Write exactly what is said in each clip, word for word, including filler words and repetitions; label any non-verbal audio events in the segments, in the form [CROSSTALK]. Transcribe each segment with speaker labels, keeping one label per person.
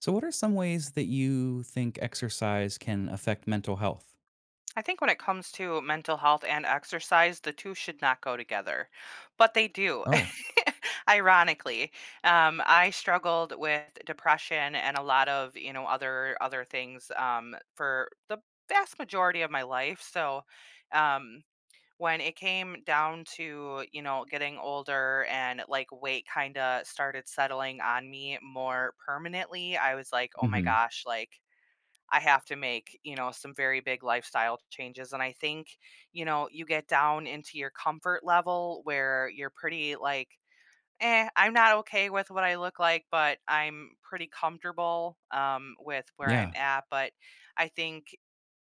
Speaker 1: So, what are some ways that you think exercise can affect mental health?
Speaker 2: I think when it comes to mental health and exercise, the two should not go together, but they do.
Speaker 1: Oh,
Speaker 2: [LAUGHS] Ironically, um, I struggled with depression and a lot of you know other other things um, for the vast majority of my life. So um, when it came down to you know getting older and like weight kind of started settling on me more permanently, I was like, oh my
Speaker 1: hmm.
Speaker 2: gosh, like I have to make, you know, some very big lifestyle changes. And I think, you know, you get down into your comfort level where you're pretty like, eh, I'm not okay with what I look like, but I'm pretty comfortable um, with where I'm
Speaker 1: Yeah,
Speaker 2: at. But I think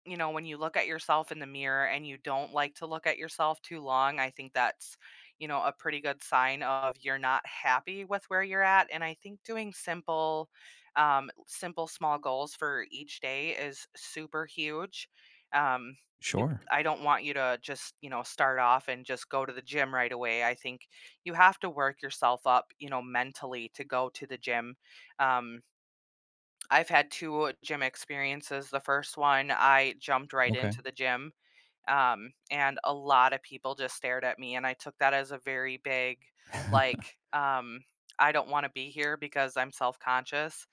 Speaker 2: you know, when you look at yourself in the mirror and you don't like to look at yourself too long, I think that's, you know, a pretty good sign of you're not happy with where you're at. And I think doing simple, um, simple small goals for each day is super huge. Um, you,
Speaker 1: sure.
Speaker 2: I don't want you to just, you know, start off and just go to the gym right away. I think you have to work yourself up, you know, mentally to go to the gym. Um, I've had two gym experiences. The first one, I jumped right
Speaker 1: Okay.
Speaker 2: into the gym, um, and a lot of people just stared at me, and I took that as a very big, like,
Speaker 1: [LAUGHS]
Speaker 2: um, "I don't wanna be here because I'm self-conscious,"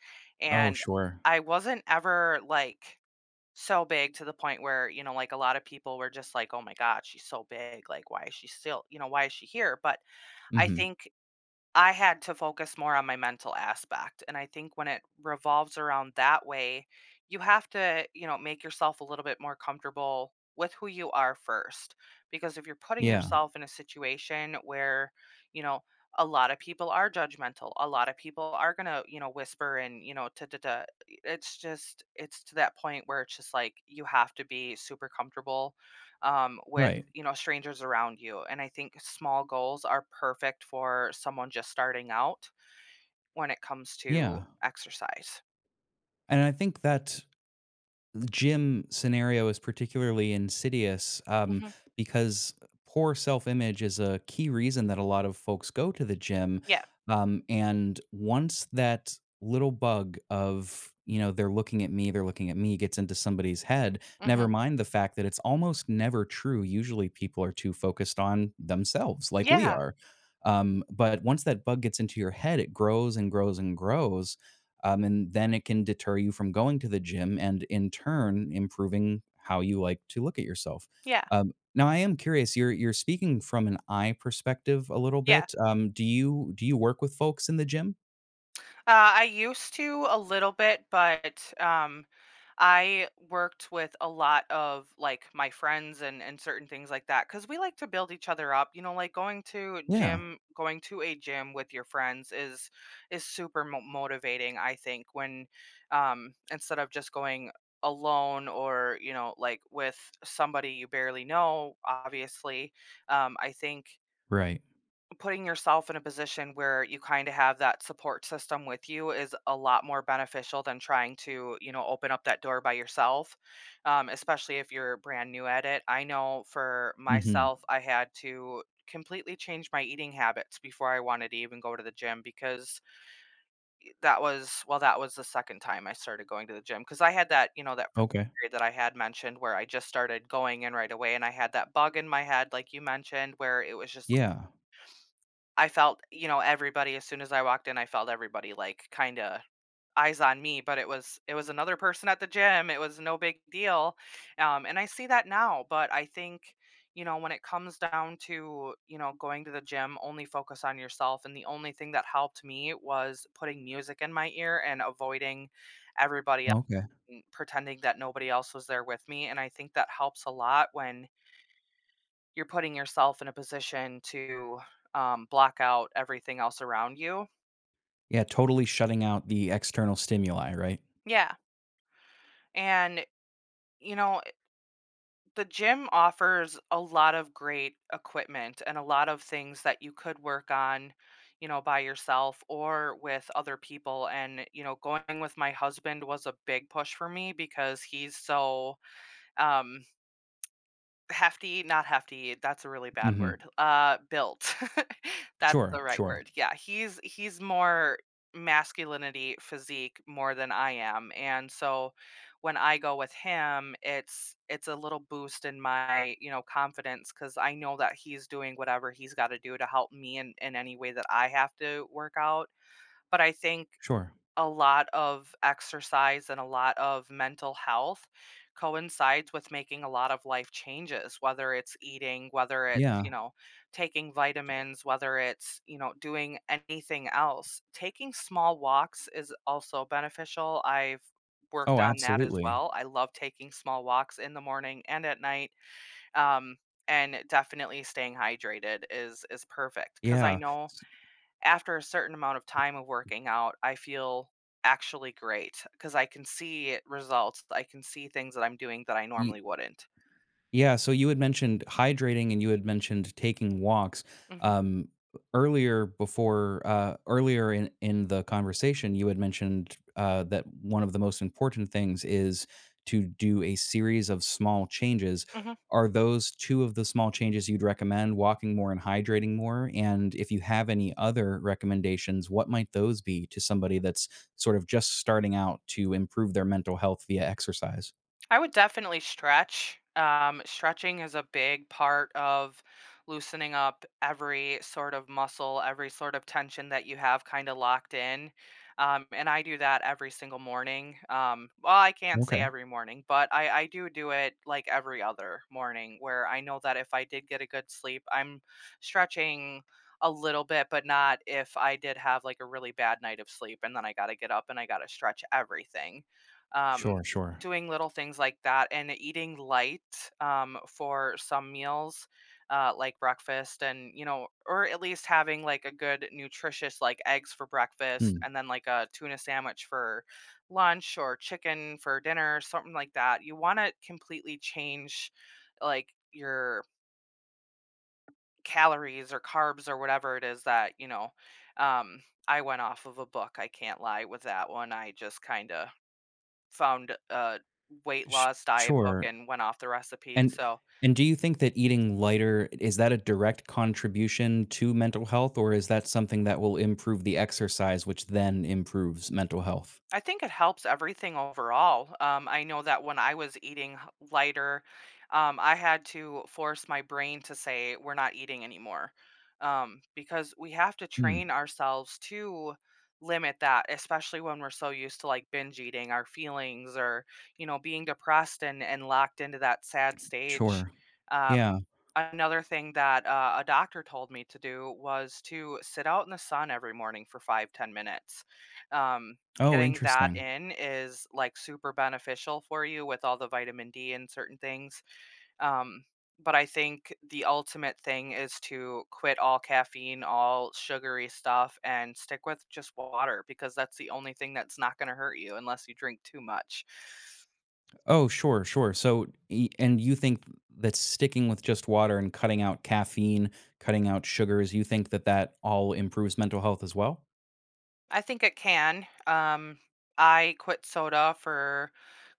Speaker 1: Oh,
Speaker 2: and
Speaker 1: sure.
Speaker 2: I wasn't ever, like, so big to the point where, you know, like, a lot of people were just like, "Oh my god, she's so big, like, why is she still" you know, "why is she here?" But I
Speaker 1: Hmm.
Speaker 2: think I had to focus more on my mental aspect, and I think when it revolves around that way, you have to, you know, make yourself a little bit more comfortable with who you are first, because if you're putting
Speaker 1: Yeah,
Speaker 2: yourself in a situation where, you know, a lot of people are judgmental, a lot of people are gonna, you know, whisper and, you know, da da da. It's just, it's to that point where it's just like you have to be super comfortable um, with
Speaker 1: right.
Speaker 2: you know strangers around you, and I think small goals are perfect for someone just starting out when it comes to
Speaker 1: Yeah.
Speaker 2: exercise.
Speaker 1: And I think that gym scenario is particularly insidious, um,
Speaker 2: Hmm.
Speaker 1: because poor self image is a key reason that a lot of folks go to the gym.
Speaker 2: Yeah.
Speaker 1: Um, and once that little bug of, you know, they're looking at me, they're looking at me gets into somebody's head, never
Speaker 2: Hmm.
Speaker 1: mind the fact that it's almost never true. Usually people are too focused on themselves, like we
Speaker 2: Yeah.
Speaker 1: are. Um, but once that bug gets into your head, it grows and grows and grows, um, and then it can deter you from going to the gym and in turn improving how you like to look at yourself.
Speaker 2: Yeah.
Speaker 1: Um, now I am curious, you're you're speaking from an eye perspective a little
Speaker 2: Yeah.
Speaker 1: bit. Um, do you do you work with folks in the gym?
Speaker 2: Uh, I used to a little bit, but um, I worked with a lot of like my friends and and certain things like that because we like to build each other up. You know, like going to
Speaker 1: Yeah,
Speaker 2: gym, going to a gym with your friends is is super mo- motivating. I think when um, instead of just going alone or you know like with somebody you barely know obviously, um, I think
Speaker 1: right.
Speaker 2: putting yourself in a position where you kind of have that support system with you is a lot more beneficial than trying to you know open up that door by yourself, um, especially if you're brand new at it. I know for
Speaker 1: Hmm.
Speaker 2: myself I had to completely change my eating habits before I wanted to even go to the gym, because that was, well, that was the second time I started going to the gym, because I had that, you know that first
Speaker 1: Okay.
Speaker 2: period that I had mentioned where I just started going in right away and I had that bug in my head like you mentioned where it was just,
Speaker 1: Yeah.
Speaker 2: I felt, you know, everybody as soon as I walked in, I felt everybody like kinda eyes on me, but it was it was another person at the gym, it was no big deal, um, and I see that now. But I think, you know, when it comes down to, you know, going to the gym, only focus on yourself, and the only thing that helped me was putting music in my ear and avoiding everybody else
Speaker 1: Okay.
Speaker 2: and pretending that nobody else was there with me, and I think that helps a lot when you're putting yourself in a position to, um, block out everything else around you.
Speaker 1: Yeah, totally, shutting out the external stimuli, right.
Speaker 2: Yeah, and, you know, eh, the gym offers a lot of great equipment and a lot of things that you could work on, you know, by yourself or with other people, and, you know, going with my husband was a big push for me because he's so, um hefty. Not hefty, that's a really bad
Speaker 1: Hmm.
Speaker 2: word. Uh, built. [LAUGHS] That's
Speaker 1: Sure,
Speaker 2: the right
Speaker 1: sure.
Speaker 2: word. Yeah, he's he's more masculinity physique more than I am, and so when I go with him, it's it's a little boost in my, you know, confidence, because I know that he's doing whatever he's gotta do to help me in in any way that I have to work out. But I think
Speaker 1: Sure.
Speaker 2: a lot of exercise and a lot of mental health coincides with making a lot of life changes, whether it's eating, whether it's,
Speaker 1: Yeah.
Speaker 2: you know, taking vitamins, whether it's, you know, doing anything else. Taking small walks is also beneficial. I've worked
Speaker 1: Oh,
Speaker 2: on that as
Speaker 1: absolutely.
Speaker 2: well. I love taking small walks in the morning and at night. Um, and definitely staying hydrated is is perfect, because I
Speaker 1: Yeah.
Speaker 2: know after a certain amount of time of working out, I feel actually great because I can see results. I can see things that I'm doing that I normally wouldn't.
Speaker 1: Yeah, so you had mentioned hydrating and you had mentioned taking walks.
Speaker 2: Mhm.
Speaker 1: Um, Earlier before, uh, earlier in, in the conversation, you had mentioned uh, that one of the most important things is to do a series of small changes.
Speaker 2: Mhm.
Speaker 1: Are those two of the small changes you'd recommend, walking more and hydrating more? And if you have any other recommendations, what might those be to somebody that's sort of just starting out to improve their mental health via exercise?
Speaker 2: I would definitely stretch. Um, stretching is a big part of loosening up every sort of muscle, every sort of tension that you have kind of locked in. Um, and I do that every single morning. Um, well, I can't say
Speaker 1: Okay.
Speaker 2: every morning, but I, I do do it like every other morning where I know that if I did get a good sleep, I'm stretching a little bit, but not if I did have like a really bad night of sleep and then I got to get up and I got to stretch everything. um,
Speaker 1: Sure, sure.
Speaker 2: doing little things like that and eating light, um, for some meals, uh, like breakfast, and you know or at least having like a good nutritious like eggs for breakfast
Speaker 1: Hmm.
Speaker 2: and then like a tuna sandwich for lunch or chicken for dinner, something like that. You want to completely change like your calories or carbs or whatever it is that, you know um, I went off of a book, I can't lie with that one, I just kind of found a weight
Speaker 1: Sh
Speaker 2: loss diet book
Speaker 1: sure,
Speaker 2: and went off the recipes,
Speaker 1: and
Speaker 2: so.
Speaker 1: and do you think that eating lighter is that a direct contribution to mental health, or is that something that will improve the exercise, which then improves mental health?
Speaker 2: I think it helps everything overall. Um, I know that when I was eating h- lighter, um, I had to force my brain to say, we're not eating anymore. Um, because we have to train
Speaker 1: Hmm,
Speaker 2: ourselves to limit that, especially when we're so used to like binge eating our feelings or, you know, being depressed and, and locked into that sad stage.
Speaker 1: sure. Yeah.
Speaker 2: Um, another thing that, uh, a doctor told me to do was to sit out in the sun every morning for five ten minutes. Um,
Speaker 1: Oh,
Speaker 2: getting that
Speaker 1: interesting.
Speaker 2: in is like super beneficial for you with all the vitamin D and certain things. Um, but I think the ultimate thing is to quit all caffeine, all sugary stuff, and stick with just water because that's the only thing that's not going to hurt you unless you drink too much.
Speaker 1: Oh, sure, sure. So y and you think that sticking with just water and cutting out caffeine, cutting out sugars, you think that that all improves mental health as well?
Speaker 2: I think it can. Um, I quit soda for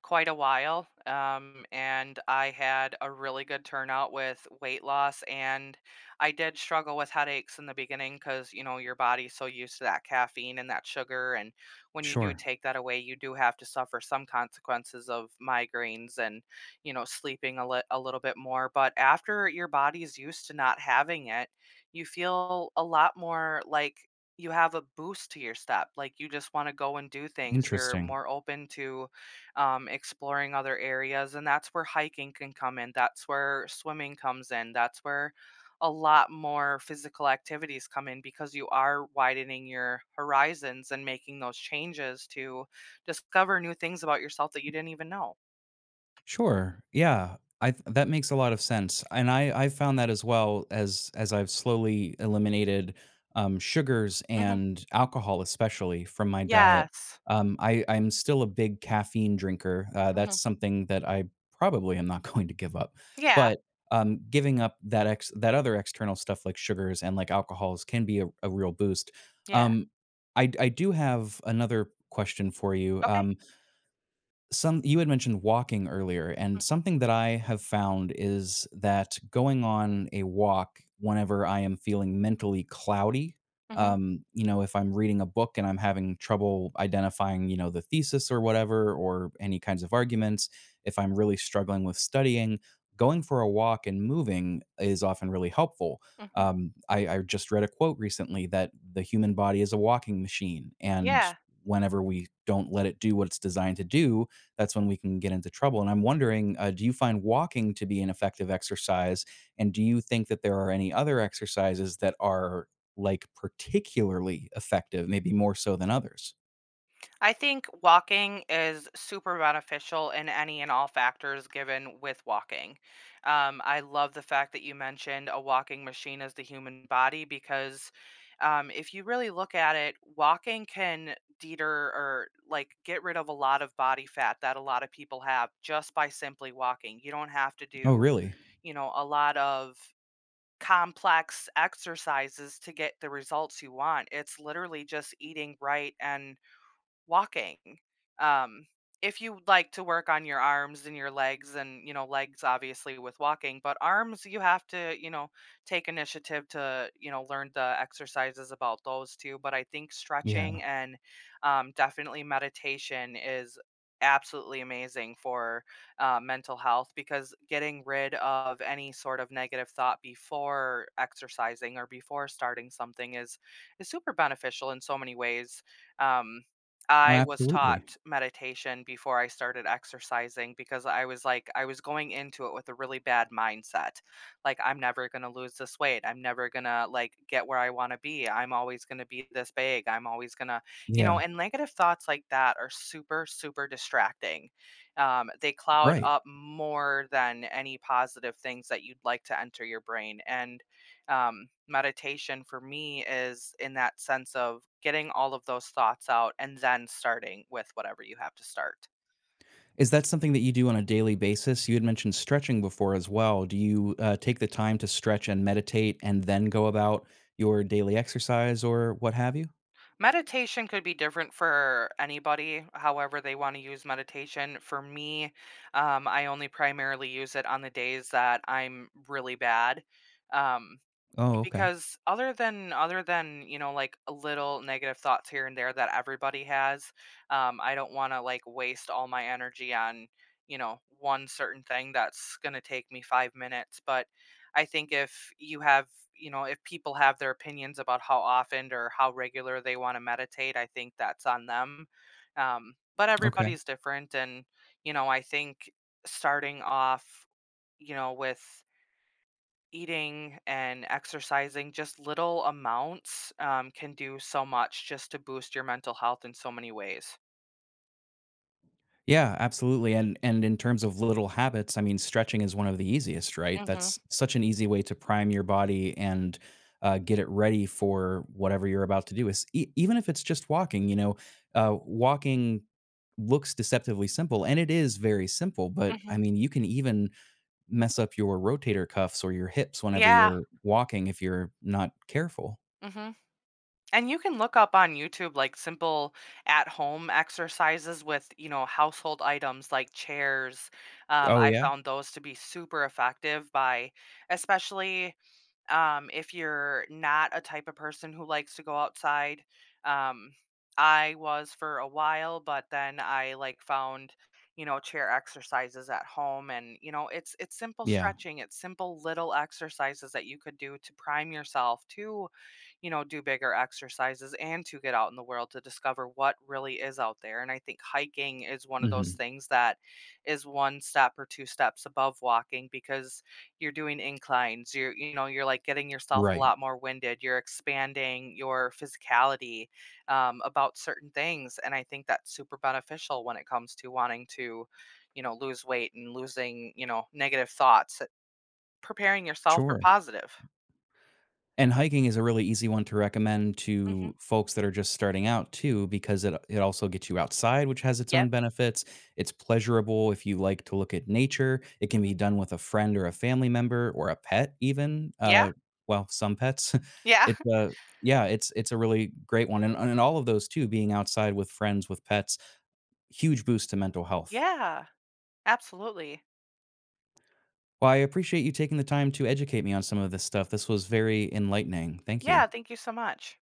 Speaker 2: quite a while, um, and I had a really good turnout with weight loss. And I did struggle with headaches in the beginning because, you know, your body's so used to that caffeine and that sugar. And when you do
Speaker 1: Sure,
Speaker 2: take that away, you do have to suffer some consequences of migraines and, you know, sleeping a, li- a little bit more. But after your body's used to not having it, you feel a lot more like you have a boost to your step. Like you just want to go and do things. You're
Speaker 1: interesting.
Speaker 2: more open to, um, exploring other areas. And that's where hiking can come in. That's where swimming comes in. That's where a lot more physical activities come in, because you are widening your horizons and making those changes to discover new things about yourself that you didn't even know.
Speaker 1: Sure. Yeah. I th- that makes a lot of sense. And I I found that as well as as I've slowly eliminated um sugars
Speaker 2: Hmm.
Speaker 1: and alcohol especially from my diet.
Speaker 2: Yes.
Speaker 1: Um I I'm still a big caffeine drinker. Uh
Speaker 2: Hmm.
Speaker 1: that's something that I probably am not [LAUGHS] going to give up.
Speaker 2: Yeah.
Speaker 1: But um giving up that ex that other external stuff like sugars and like alcohols can be a, a real boost.
Speaker 2: Yeah.
Speaker 1: Um I I do have another question for you.
Speaker 2: Okay.
Speaker 1: Um some you had mentioned walking earlier and
Speaker 2: Hmm.
Speaker 1: something that I have found is that going on a walk whenever I am feeling mentally cloudy,
Speaker 2: Hmm.
Speaker 1: um you know, if I'm reading a book and I'm having trouble identifying, you know, the thesis or whatever or any kinds of arguments, if I'm really struggling with studying, going for a walk and moving is often really helpful.
Speaker 2: Hmm.
Speaker 1: um, I, I just read a quote recently that the human body is a walking machine and
Speaker 2: Yeah.
Speaker 1: whenever we don't let it do what it's designed to do, that's when we can get into trouble. And I'm wondering, uh, do you find walking to be an effective exercise? And do you think that there are any other exercises that are like particularly effective, maybe more so than others?
Speaker 2: I think walking is super beneficial in any and all factors given with walking. Um, I love the fact that you mentioned a walking machine as the human body, because um, if you really look at it, walking can deter or like get rid of a lot of body fat that a lot of people have just by simply walking. You don't have to
Speaker 1: Oh,
Speaker 2: do,
Speaker 1: really?
Speaker 2: you know, a lot of complex exercises to get the results you want. It's literally just eating right and walking. Um, if you would like to work on your arms and your legs, and you know, legs obviously with walking, but arms, you have to, you know, take initiative to, you know, learn the exercises about those too. But I think stretching
Speaker 1: Yeah.
Speaker 2: and, um, definitely meditation is absolutely amazing for, uh, mental health, because getting rid of any sort of negative thought before exercising or before starting something is is super beneficial in so many ways. Um,
Speaker 1: Oh,
Speaker 2: I was
Speaker 1: absolutely.
Speaker 2: taught meditation before I started exercising because I was like, I was going into it with a really bad mindset. Like, I'm never going to lose this weight. I'm never going to like get where I want to be. I'm always going to be this big. I'm always going to, you know,
Speaker 1: Yeah.
Speaker 2: and negative thoughts like that are super, super distracting. Um, they cloud
Speaker 1: Right.
Speaker 2: up more than any positive things that you'd like to enter your brain. And, um, meditation for me is in that sense of getting all of those thoughts out and then starting with whatever you have to start.
Speaker 1: Is that something that you do on a daily basis? You had mentioned stretching before as well. Do you uh, take the time to stretch and meditate and then go about your daily exercise or what have you?
Speaker 2: Meditation could be different for anybody, however they want to use meditation. For me, um, I only primarily use it on the days that I'm really bad. Um,
Speaker 1: Oh, okay.
Speaker 2: because other than other than you know like a little negative thoughts here and there that everybody has, um I don't want to like waste all my energy on, you know one certain thing that's going to take me five minutes. But I think if you have, you know if people have their opinions about how often or how regular they want to meditate, I think that's on them. Um but
Speaker 1: Okay.
Speaker 2: everybody's different, and, you know I think starting off, you know with eating and exercising, just little amounts, um, can do so much just to boost your mental health in so many ways.
Speaker 1: Yeah, absolutely. And and in terms of little habits, I mean, stretching is one of the easiest, right?
Speaker 2: Mhm.
Speaker 1: That's such an easy way to prime your body and uh, get it ready for whatever you're about to do. Is e- Even if it's just walking, you know, uh, walking looks deceptively simple, and it is very simple. But
Speaker 2: Mhm.
Speaker 1: I mean, you can even mess up your rotator cuffs or your hips whenever
Speaker 2: Yeah.
Speaker 1: you're walking if you're not careful.
Speaker 2: Mhm. And you can look up on YouTube, like, simple at-home exercises with, you know, household items like chairs. Um,
Speaker 1: Oh
Speaker 2: I
Speaker 1: yeah,
Speaker 2: found those to be super effective, by especially, Um, if you're not a type of person who likes to go outside, um, I was for a while, but then I like found, you know, chair exercises at home, and, you know, it's it's simple
Speaker 1: yeah.
Speaker 2: stretching, it's simple little exercises that you could do to prime yourself to, you know, do bigger exercises and to get out in the world to discover what really is out there. And I think hiking is one of those
Speaker 1: Hmm.
Speaker 2: things that is one step or two steps above walking, because you're doing inclines. You're, you know, you're like getting yourself a
Speaker 1: Right,
Speaker 2: lot more winded. You're expanding your physicality, um, about certain things. And I think that's super beneficial when it comes to wanting to, you know, lose weight and losing, you know, negative thoughts, preparing yourself for
Speaker 1: sure.
Speaker 2: positive.
Speaker 1: And hiking is a really easy one to recommend
Speaker 2: Hmm.
Speaker 1: to folks that are just starting out too, because it it also gets you outside, which has its own
Speaker 2: Yep.
Speaker 1: benefits. It's pleasurable if you like to look at nature. It can be
Speaker 2: Hmm.
Speaker 1: done with a friend or a family member or a pet, even.
Speaker 2: Yeah.
Speaker 1: Uh, well, some pets. [LAUGHS]
Speaker 2: Yeah.
Speaker 1: It's, uh, yeah, it's it's a really great one, and and all of those too, being outside with friends, with pets, huge boost to mental health.
Speaker 2: Yeah, absolutely.
Speaker 1: Well, I appreciate you taking the time to educate me on some of this stuff. This was very enlightening. Thank
Speaker 2: Yeah,
Speaker 1: you.
Speaker 2: thank you so much.